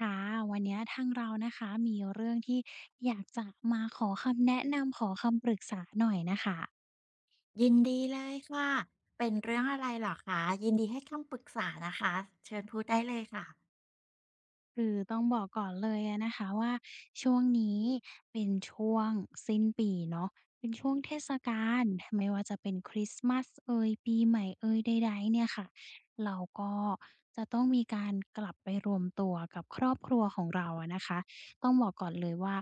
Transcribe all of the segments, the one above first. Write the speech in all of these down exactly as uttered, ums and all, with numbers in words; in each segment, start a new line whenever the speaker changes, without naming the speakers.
ค่ะวันเนี้ยทางเรานะคะมีเรื่องที่อยากจะมาขอคำแนะนำขอคำปรึกษาหน่อยน่ะค่ะ
ยินดีเลยค่ะ เป็นเรื่องอะไรเหรอคะยินดีให้คำปรึกษานะคะ เชิญพูดได้เลยค่ะ
คือต้องบอกก่อนเลยอะนะคะว่าช่วงนี้เป็นช่วงสิ้นปีเนาะเป็นช่วงเทศกาลไม่ว่าจะเป็นคริสต์มาสเอยปีใหม่เอยใดๆเนี่ยค่ะเราก็จะต้องมีการกลับไปรวมตัวกับครอบครัวของเราอะนะคะต้องบอกก่อนเลยว่า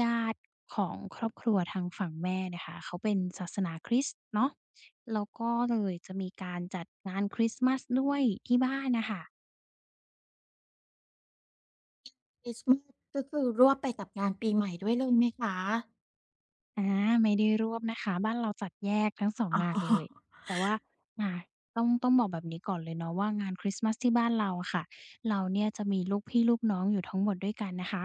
ญาติของครอบครัวทางฝั่งแม่เนี่ยค่ะเขาเป็นศาสนาคริสต์เนาะแล้วก็เลยจะมีการจัดงานคริสต์มาสด้วยที่บ้านน่ะค่ะ
คริสต์มาสก็คือรวบไปกับงานปีใหม่ด้วยเลยไหมคะ
อาไม่ได้ร่วมนะคะบ้านเราจัดแยกทั้งสอง
อ๋
งาน
อ
เลยแต่ว่าอ่าต้องต้องบอกแบบนี้ก่อนเลยเนาะว่างานคริสต์มาสที่บ้านเราอะค่ะเราเนี่ยจะมีลูกพี่ลูกน้องอยู่ทั้งหมดด้วยกันนะคะ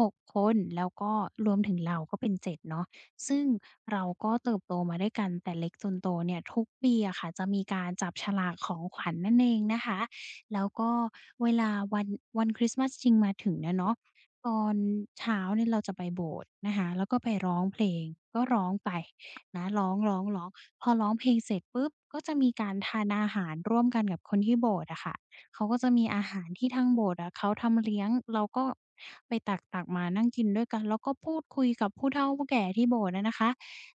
หกคนแล้วก็รวมถึงเราก็เป็นเจ็ดเนาะซึ่งเราก็เติบโตมาด้วยกันแต่เล็กจนโตเนี่ยทุกปีอะค่ะจะมีการจับฉลากของขวัญนั่นเองนะคะแล้วก็เวลาวันวันคริสต์มาสจริงมาถึงเนี่ยเนาะ ตอนเช้าเนี่ยเราจะไปโบสถ์นะคะแล้วก็ไปร้องเพลงก็ร้องไปนะร้องร้องร้องพอร้องเพลงเสร็จปุ๊บก็จะมีการทานอาหารร่วมกันกับคนที่โบสถ์อะค่ะเขาก็จะมีอาหารที่ทางโบสถ์อะเขาทำเลี้ยงเราก็ไปตักตักมานั่งกินด้วยกันแล้วก็พูดคุยกับผู้เฒ่าผู้แก่ที่โบสถ์อะนะคะ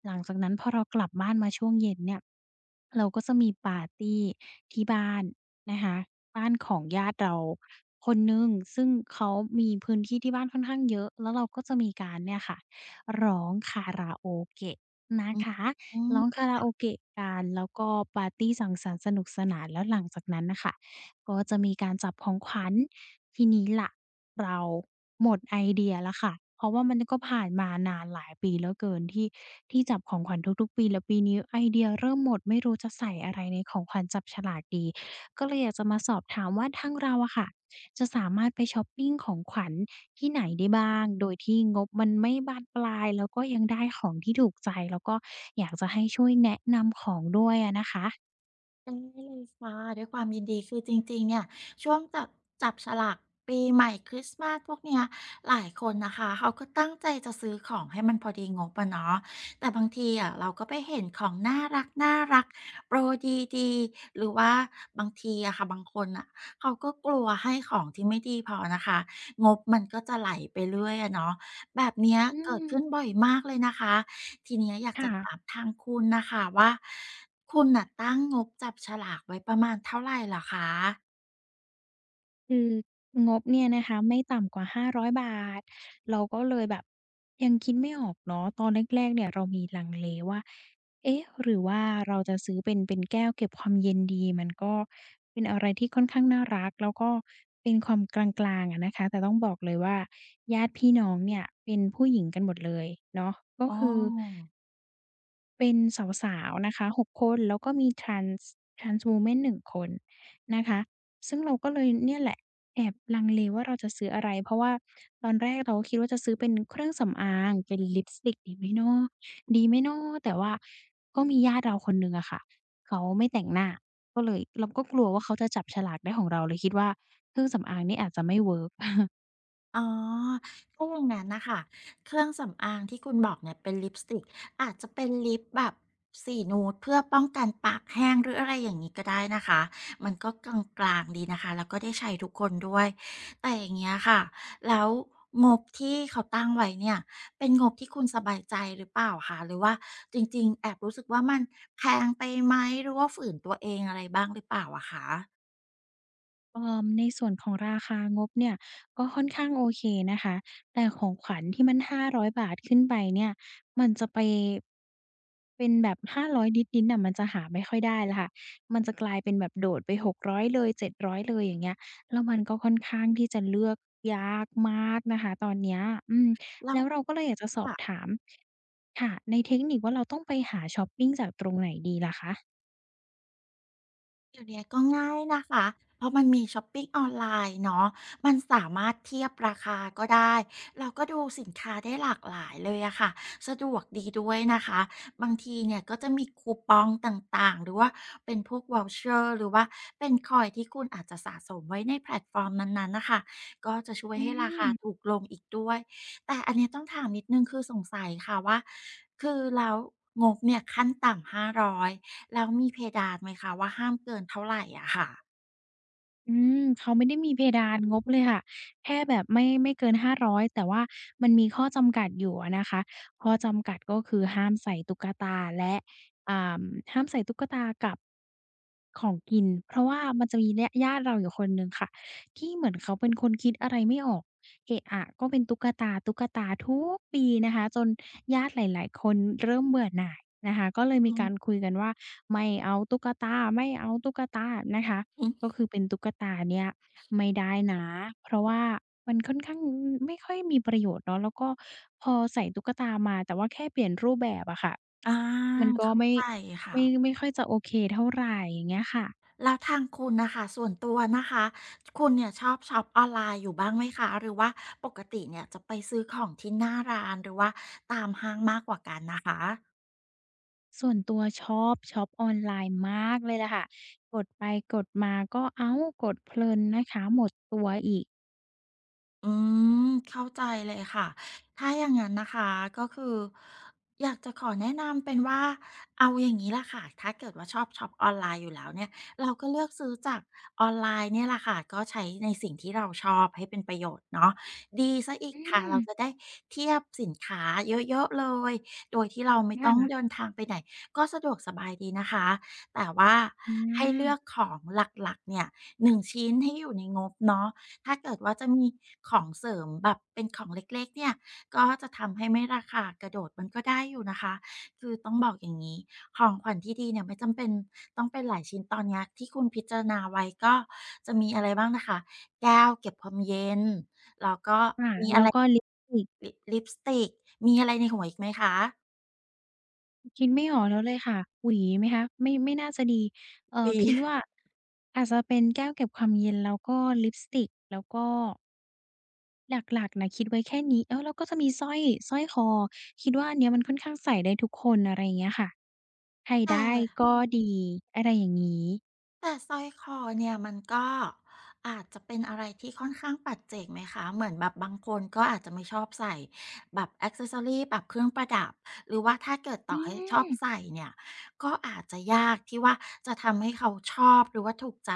หลังจากนั้นพอเรากลับบ้านมาช่วงเย็นเนี่ยเราก็จะมีปาร์ตีที่บ้าน นะคะบ้านของญาติเราคนหนึ่งซึ่งเขามีพื้นที่ที่บ้านค่อนข้างเยอะแล้วเราก็จะมีการเนี่ยค่ะร้องคาราโอเกะนะ
อ
คะ
ื
ร้อง
ม
คาราโอเกะกันแล้วก็ปาร์ตีสังสรรค์สนุกสนานแล้วหลังจากนั้นน่ะค่ะก็จะมีการจับของขวัญทีนี้ล่ะเราหมดไอเดียแล้วค่ะเพราะว่ามันก็ผ่านมานานหลายปีเหลือเกินที่ที่จับของขวัญทุกๆปีแล้วปีนี้ไอเดียเริ่มหมดไม่รู้จะใส่อะไรในของขวัญจับฉลากดี ก็เลยอยากจะมาสอบถามว่าทางเราอะค่ะจะสามารถไปชอปปิงของขวัญที่ไหนได้บ้างโดยที่งบมันไม่บานปลายแล้วก็ยังได้ของที่ถูกใจแล้วก็อยากจะให้ช่วยแนะนำของด้วยอะนะคะ
ได้เลยค่ะด้วยความยินดีคือจริงๆเนี่ยช่วงจับจับฉลากปีใหม่คริสต์มาสพวกเนี้ยหลายคนนะคะเขาก็ตั้งใจจะซื้อของให้มันพอดีงบอะเนาะแต่บางทีอะเราก็ไปเห็นของน่ารักๆโปรดีๆหรือว่าบางทีอะค่ะบางคนน่ะเขาก็กลัวให้ของที่ไม่ดีพอนะคะงบมันก็จะไหลไปเรื่อยอะเนาะแบบเนี้ย
อื
เกิดขึ้น
ม
บ่อยมากเลยนะคะ ทีเนี้ยอยากจะ
ค่ะ
ถามทางคุณนะคะว่าคุณน่ะตั้งงบจับฉลากไว้ประมาณเท่าไรเหรอคะ
คืองบเนี่ยนะคะไม่ต่ำกว่าห้าร้อยห้าร้อยเราก็เลยแบบยังคิดไม่ออกเนาะตอนแรกๆเนี่ยเรามีลังเลว่าเอ๊ะหรือว่าเราจะซื้อเป็นเป็นแก้วเก็บความเย็นดีมันก็เป็นอะไรที่ค่อนข้างน่ารักแล้วก็เป็นความกลางๆอะนะคะแต่ต้องบอกเลยว่าญาติพี่น้องเนี่ยเป็นผู้หญิงกันหมดเลยเนาะก็
อ้อ
คือ เป็นสาวๆนะคะหกคนแล้วก็มี trans trans woman หนึ่งคนนะคะซึ่งเราก็เลยเนี่ยแหละแอบลังเลว่าเราจะซื้ออะไรเพราะว่าตอนแรกเราก็คิดว่าจะซื้อเป็นเครื่องสำอางเป็นลิปสติกดีไหมเนาะดีไหมเนาะแต่ว่าก็มีญาติเราคนหนึ่งอะค่ะเขาไม่แต่งหน้าก็เลยเราก็กลัวว่าเขาจะจับฉลากได้ของเราเลยคิดว่าเครื่องสำอางนี่อาจจะไม่เวิร์ก
อ๋อถ้าอย่างงั้นนะคะ เครื่องสำอางที่คุณบอกเนี่ยเป็นลิปสติกอาจจะเป็นลิปแบบสีนูดเพื่อป้องกันปากแห้งหรืออะไรอย่างนี้ก็ได้นะคะมันก็กลางๆดีนะคะแล้วก็ได้ใช้ทุกคนด้วยแต่อย่างเงี้ยค่ะแล้วงบที่เขาตั้งไว้เนี่ยเป็นงบที่คุณสบายใจหรือเปล่าคะหรือว่าจริงๆแอบรู้สึกว่ามันแพงไปไหมหรือว่าฝืนตัวเองอะไรบ้างหรือเปล่าอะคะ
เอ่อในส่วนของราคางบเนี่ยก็ค่อนข้างโอเคนะคะแต่ของขวัญที่มันห้าร้อยบาทขึ้นไปเนี่ยมันจะไปเป็นแบบห้าร้อยนิดๆน่ะมันจะหาไม่ค่อยได้แล้วค่ะมันจะกลายเป็นแบบโดดไปหกร้อยเลยเจ็ดร้อยเลยอย่างเงี้ยแล้วมันก็ค่อนข้างที่จะเลือกยากมากนะคะตอนเนี้ยอืม
แล้ว
แล้วเราก็เลยอยากจะสอบถามค่ะในเทคนิคว่าเราต้องไปหาช็อปปิงจากตรงไหนดีล่ะคะ
เดี๋ยวนี้ก็ง่ายนะคะ เพราะมันมีช้อปปิงออนไลน์เนาะมันสามารถเทียบราคาก็ได้ เราก็ดูสินค้าได้หลากหลายเลยอะค่ะ สะดวกดีด้วยนะคะ บางทีเนี่ยก็จะมีคูปองต่างๆ หรือว่าเป็นพวก voucher หรือว่าเป็นคอยที่คุณอาจจะสะสมไว้ในแพลตฟอร์มนั้นๆ นะคะ ก็จะช่วย
อื
ให้ราคา
ม
ถูกลงอีกด้วย แต่อันเนี้ยต้องถามนิดนึงคือสงสัยค่ะว่าคือแล้วงบเนี่ยขั้นต่ำห้าร้อย แล้วมีเพดานไหมคะว่าห้ามเกินเท่าไรอะค่ะ
อืมเขาไม่ได้มีเพดานงบเลยค่ะแค่แบบไม่ไม่เกินห้าร้อยแต่ว่ามันมีข้อจำกัดอยู่อะนะคะข้อจำกัดก็คือห้ามใส่ตุ๊กตาและอ่าห้ามใส่ตุ๊กตากับของกินเพราะว่ามันจะมีญาญาติเราอยู่คนหนึ่งค่ะที่เหมือนเขาเป็นคนคิดอะไรไม่ออกเอะอะก็เป็นตุ๊กตาตุ๊กตาทุกปีนะคะจนญาติหลายๆคนเริ่มเบื่อหน่ายนะคะก็เลยมี
อื
การ
ม
คุยกันว่าไม่เอาตุ๊กตาไม่เอาตุ๊กตานะคะ
ออ
ก็คือเป็นตุ๊กตาเนี่ยไม่ได้นะเพราะว่ามันค่อนข้างอไม่ค่อยมีประโยชน์เนาะแล้วก็พอใส่ตุ๊กตามาแต่ว่าแค่เปลี่ยนรูปแบบอะค่ะ
อา
มันก็
เข้า
ไม่
ใจ
ไม่
ค่ะ
ไม่ค่อยจะโอเคเท่าไรอย่างเงี้ยค่ะ
แล้วทางคุณน่ะค่ะส่วนตัวนะคะคุณเนี่ยชอบช็อปออนไลน์อยู่บ้างไหมคะหรือว่าปกติเนี่ยจะไปซื้อของที่หน้าร้านหรือว่าตามห้างมากกว่ากันนะคะ
ส่วนตัวชอบช็อปออนไลน์มากเลยแหละค่ะกดไปกดมาก็อ้าวกดเพลินนะคะหมดตัวอีก
อืมเข้าใจเลยค่ะถ้าอย่างนั้นนะคะก็คืออยากจะขอแนะนำเป็นว่าเอาอย่างนี้ล่ะค่ะถ้าเกิดว่าชอบช็อปออนไลน์อยู่แล้วเนี่ยเราก็เลือกซื้อจากออนไลน์เนี่ยล่ะค่ะก็ใช้ในสิ่งที่เราชอบให้เป็นประโยชน์เนาะดีเสียอีก
อื
ค่ะ
ม
เราจะได้เทียบสินค้าเยอะๆเลยโดยที่เราไม่ต้อง
ค่ะ
เดินทางไปไหนก็สะดวกสบายดีนะคะแต่ว่า
อ
ให้เลื
า
อกของหลักๆเนี่ยหนึ่งชิ้นให้อยู่ในงบเนาะ ถ้าเกิดว่าจะมีของเสริมแบบเป็นของเล็กๆเนี่ย ก็จะทำให้ไม่ราคากระโดดมันก็ได้อยู่นะคะ คือต้องบอกอย่างงี้ ของขวัญที่ดีเนี่ยไม่จำเป็นต้องเป็นหลายชิ้นตอนเนี้ยที่คุณพิจารณาไว้ก็จะมีอะไรบ้างนะคะ แก้วเก็บความเย็น แล้วก็
ค่ะ
มีอะ
แล้ว
ไร
ก็ลิปสติก
ลิลิปสติก มีอะไรในหัวอีกไหมคะ
คิดไม่ออกแล้วเลยค่ะ หวีไหมคะ ไม่ไม่น่าจะดีเอ่อ
มี
คิดว่าอาจจะเป็นแก้วเก็บความเย็นแล้วก็ลิปสติกแล้วก็หลักๆน่ะคิดไว้แค่นี้เออแล้วก็จะมีสร้อยสร้อยคอคิดว่าอันเนี้ยมันค่อนข้างใส่ได้ทุกคนอะไรอย่างเงี้ยค่ะใครได้
ค่ะ
ก็ดีอะไรอย่างงี้
แต่สร้อยคอเนี่ยมันก็อาจจะเป็นอะไรที่ค่อนข้างปัจเจกไหมคะเหมือนแบบบางคนก็อาจจะไม่ชอบใส่แบบอ็อกเซสซอรีแบบเครื่องประดับหรือว่าถ้าเกิด
อื
ต่อให้ชอบ
ม
ใส่เนี่ยก็อาจจะยากที่ว่าจะทำให้เขาชอบหรือว่าถูกใจ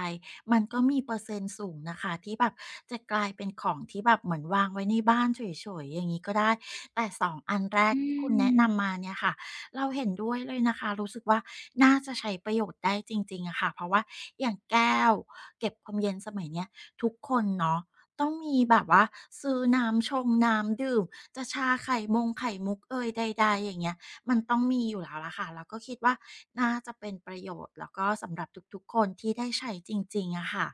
มันก็มีเปอร์เซ็นต์สูงนะคะที่แบบจะกลายเป็นของที่แบบเหมือนวางไว้ในบ้านเฉยๆอย่างนี้ก็ได้แต่สองอันแรก
อื
ที่คุณแนะ
ม
นำมาเนี่ยค่ะ เราเห็นด้วยเลยนะคะรู้สึกว่าน่าจะใช้ประโยชน์ได้จริงๆอะค่ะเพราะว่าอย่างแก้วเก็บความเย็นสมัยเนี้ยทุกคนเนาะต้องมีแบบว่าซื้อน้ำชงน้ำดื่มจะชาไข่มงไข่มุกเอยใดๆอย่างเงี้ยมันต้องมีอยู่แล้วล่ะค่ะแล้วก็คิดว่าน่าจะเป็นประโยชน์แล้วก็สำหรับทุกๆคนที่ได้ใช้จริงๆอะค่ะ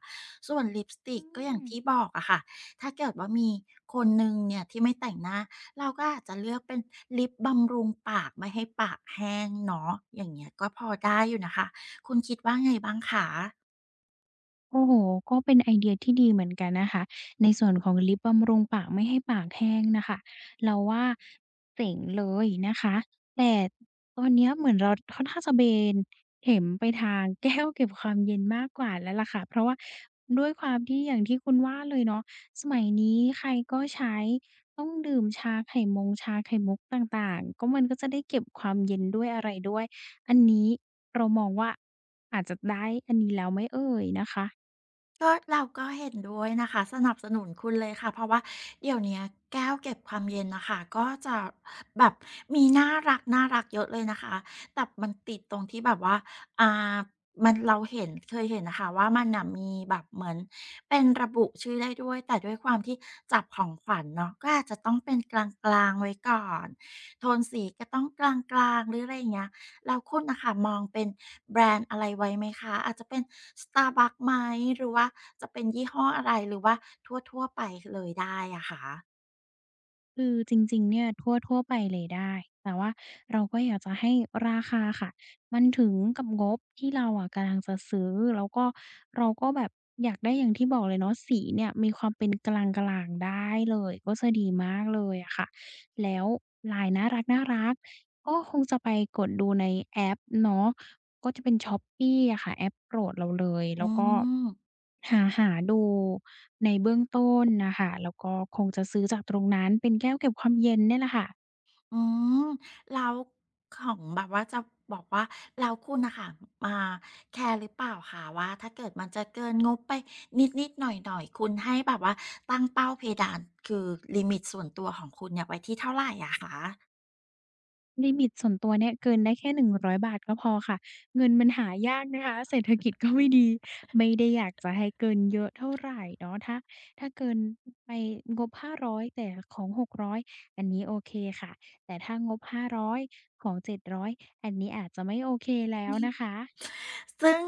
ส่วนลิปสติ
อื
กก็อย่าง
ม
ที่บอกอะค่ะถ้าเกิดว่ามีคนหนึ่งเนี่ยที่ไม่แต่งหน้า เราก็อาจจะเลือกเป็นลิปบำรุงปากไม่ให้ปากแห้งเนาะอย่างเงี้ยก็พอได้อยู่นะคะคุณคิดว่าไงบ้างคะ
โอ้โฮก็เป็นไอเดียที่ดีเหมือนกันนะคะ ในส่วนของลิปบำรุงปากไม่ให้ปากแห้งน่ะค่ะเราว่าเจ๋งเลยนะคะ แต่ตอนเนี้ยเหมือนเราค่อนข้างจะเบนเข็มไปทางแก้วเก็บความเย็นมากกว่าแล้วล่ะค่ะเพราะว่าด้วยความที่อย่างที่คุณว่าเลยเนาะสมัยนี้ใครก็ใช้ต้องดื่มชาไข่มงชาไข่มุกต่างๆก็มันก็จะได้เก็บความเย็นด้วยอะไรด้วยอันนี้เรามองว่าอาจจะได้อันนี้แล้วไหมเอ่ยนะคะ
ก็เราก็เห็นด้วยนะคะสนับสนุนคุณเลยค่ะเพราะว่าเดี๋ยวเนี้ยแก้วเก็บความเย็นนะคะก็จะแบบมีน่ารักน่ารักเยอะเลยนะคะแต่มันติดตรงที่แบบว่าอ่ามันเราเห็นเคยเห็นนะคะว่ามันนะมีแบบเหมือนเป็นระบุชื่อได้ด้วยแต่ด้วยความที่จับของขวัญเนาะก็อาจจะต้องเป็นกลางๆไว้ก่อนโทนสีก็ต้องกลางๆหรืออะไรอย่างเงี้ย แล้วคุณน่ะค่ะมองเป็นแบรนด์อะไรไว้ไหมคะอาจจะเป็น Starbucks ไหมหรือว่าจะเป็นยี่ห้ออะไรหรือว่าทั่วๆไปเลยได้อะคะ
คือจริงๆเนี่ยทั่วทั่วไปเลยได้ แต่ว่าเราก็อยากจะให้ราคาค่ะมันถึงกับงบที่เราอะกำลังจะซื้อแล้วก็เราก็แบบอยากได้อย่างที่บอกเลยเนาะสีเนี่ยมีความเป็นกลางๆได้เลยก็จะดีมากเลยอะค่ะแล้วลายน่ารักๆก็คงจะไปกดดูในแอปเนาะก็จะเป็น Shopee อะค่ะแอปโปรดเราเลย
อื
แล้วก็
ม
หาหาดูในเบื้องต้นน่ะค่ะแล้วก็คงจะซื้อจากตรงนั้นเป็นแก้วเก็บความเย็นเนี่ยแหละค่ะ
อืมแล้วของแบบว่าจะบอกว่าแล้วคุณน่ะค่ะอ่าแคร์หรือเปล่าคะว่าถ้าเกิดมันจะเกินงบไปนิดๆหน่อยๆคุณให้แบบว่าตั้งเป้าเพดานคือลิมิตส่วนตัวของคุณเนี่ยไว้ที่เท่าไรอะคะ
ลิมิตส่วนตัวเนี่ยเกินได้แค่หนึ่งร้อยบาทก็พอค่ะเงินมันหายากนะคะเศรษฐกิจก็ไม่ดีไม่ได้อยากจะให้เกินเยอะเท่าไรเนาะถ้าถ้าเกินไปงบห้าร้อยแต่ของหกร้อยอยอันนี้โอเคค่ะแต่ถ้างบห้าร้อยของเจ็ดร้อยอยอันนี้อาจจะไม่โอเคแล้วนะคะ
ซึ่ง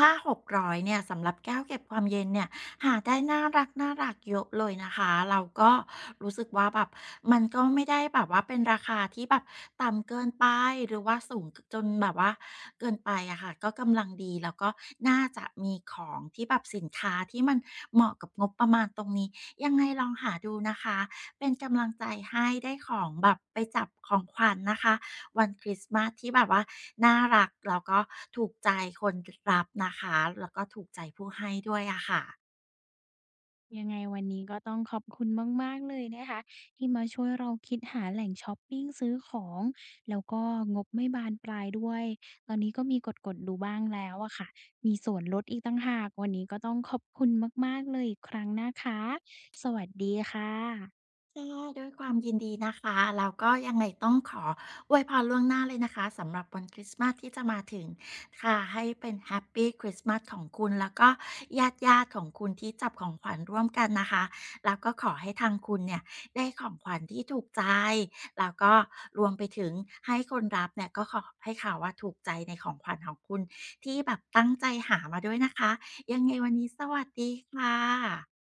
ถ้าหกร้อยเนี่ยสำหรับแก้วเก็บความเย็นเนี่ยหาได้น่ารักๆเยอะเลยนะคะเราก็รู้สึกว่าแบบมันก็ไม่ได้แบบว่าเป็นราคาที่แบบต่ำเกินไปหรือว่าสูงจนแบบว่าเกินไปอะค่ะก็กำลังดีแล้วก็น่าจะมีของที่แบบสินค้าที่มันเหมาะกับงบประมาณตรงนี้ยังไงลองหาดูนะคะเป็นกำลังใจให้ได้ของแบบไปจับของขวัญนะคะ วันคริสต์มาสที่แบบว่าน่ารักแล้วก็ถูกใจคนรับนะคะแล้วก็ถูกใจผู้ให้ด้วยอะค่ะ
ยังไงวันนี้ก็ต้องขอบคุณมากๆเลยนะคะที่มาช่วยเราคิดหาแหล่งชอปปิงซื้อของแล้วก็งบไม่บานปลายด้วยตอนนี้ก็มีกดๆดูบ้างแล้วอะค่ะมีส่วนลดอีกต่างหากวันนี้ก็ต้องขอบคุณมากๆเลยอีกครั้งนะคะสวัสดีค่ะ
ค่ะด้วยความยินดีนะคะแล้วก็ยังไงต้องขออวยพรล่วงหน้าเลยนะคะสำหรับวันคริสต์มาสที่จะมาถึงค่ะให้เป็นแฮปปี้คริสต์มาสของคุณแล้วก็ญาติญาติของคุณที่จับของขวัญร่วมกันนะคะแล้วก็ขอให้ทางคุณเนี่ยได้ของขวัญที่ถูกใจแล้วก็รวมไปถึงให้คนรับเนี่ยก็ขอให้เขาว่าถูกใจในของขวัญของคุณที่แบบตั้งใจหามาด้วยนะคะยังไงวันนี้สวัสดีค่ะ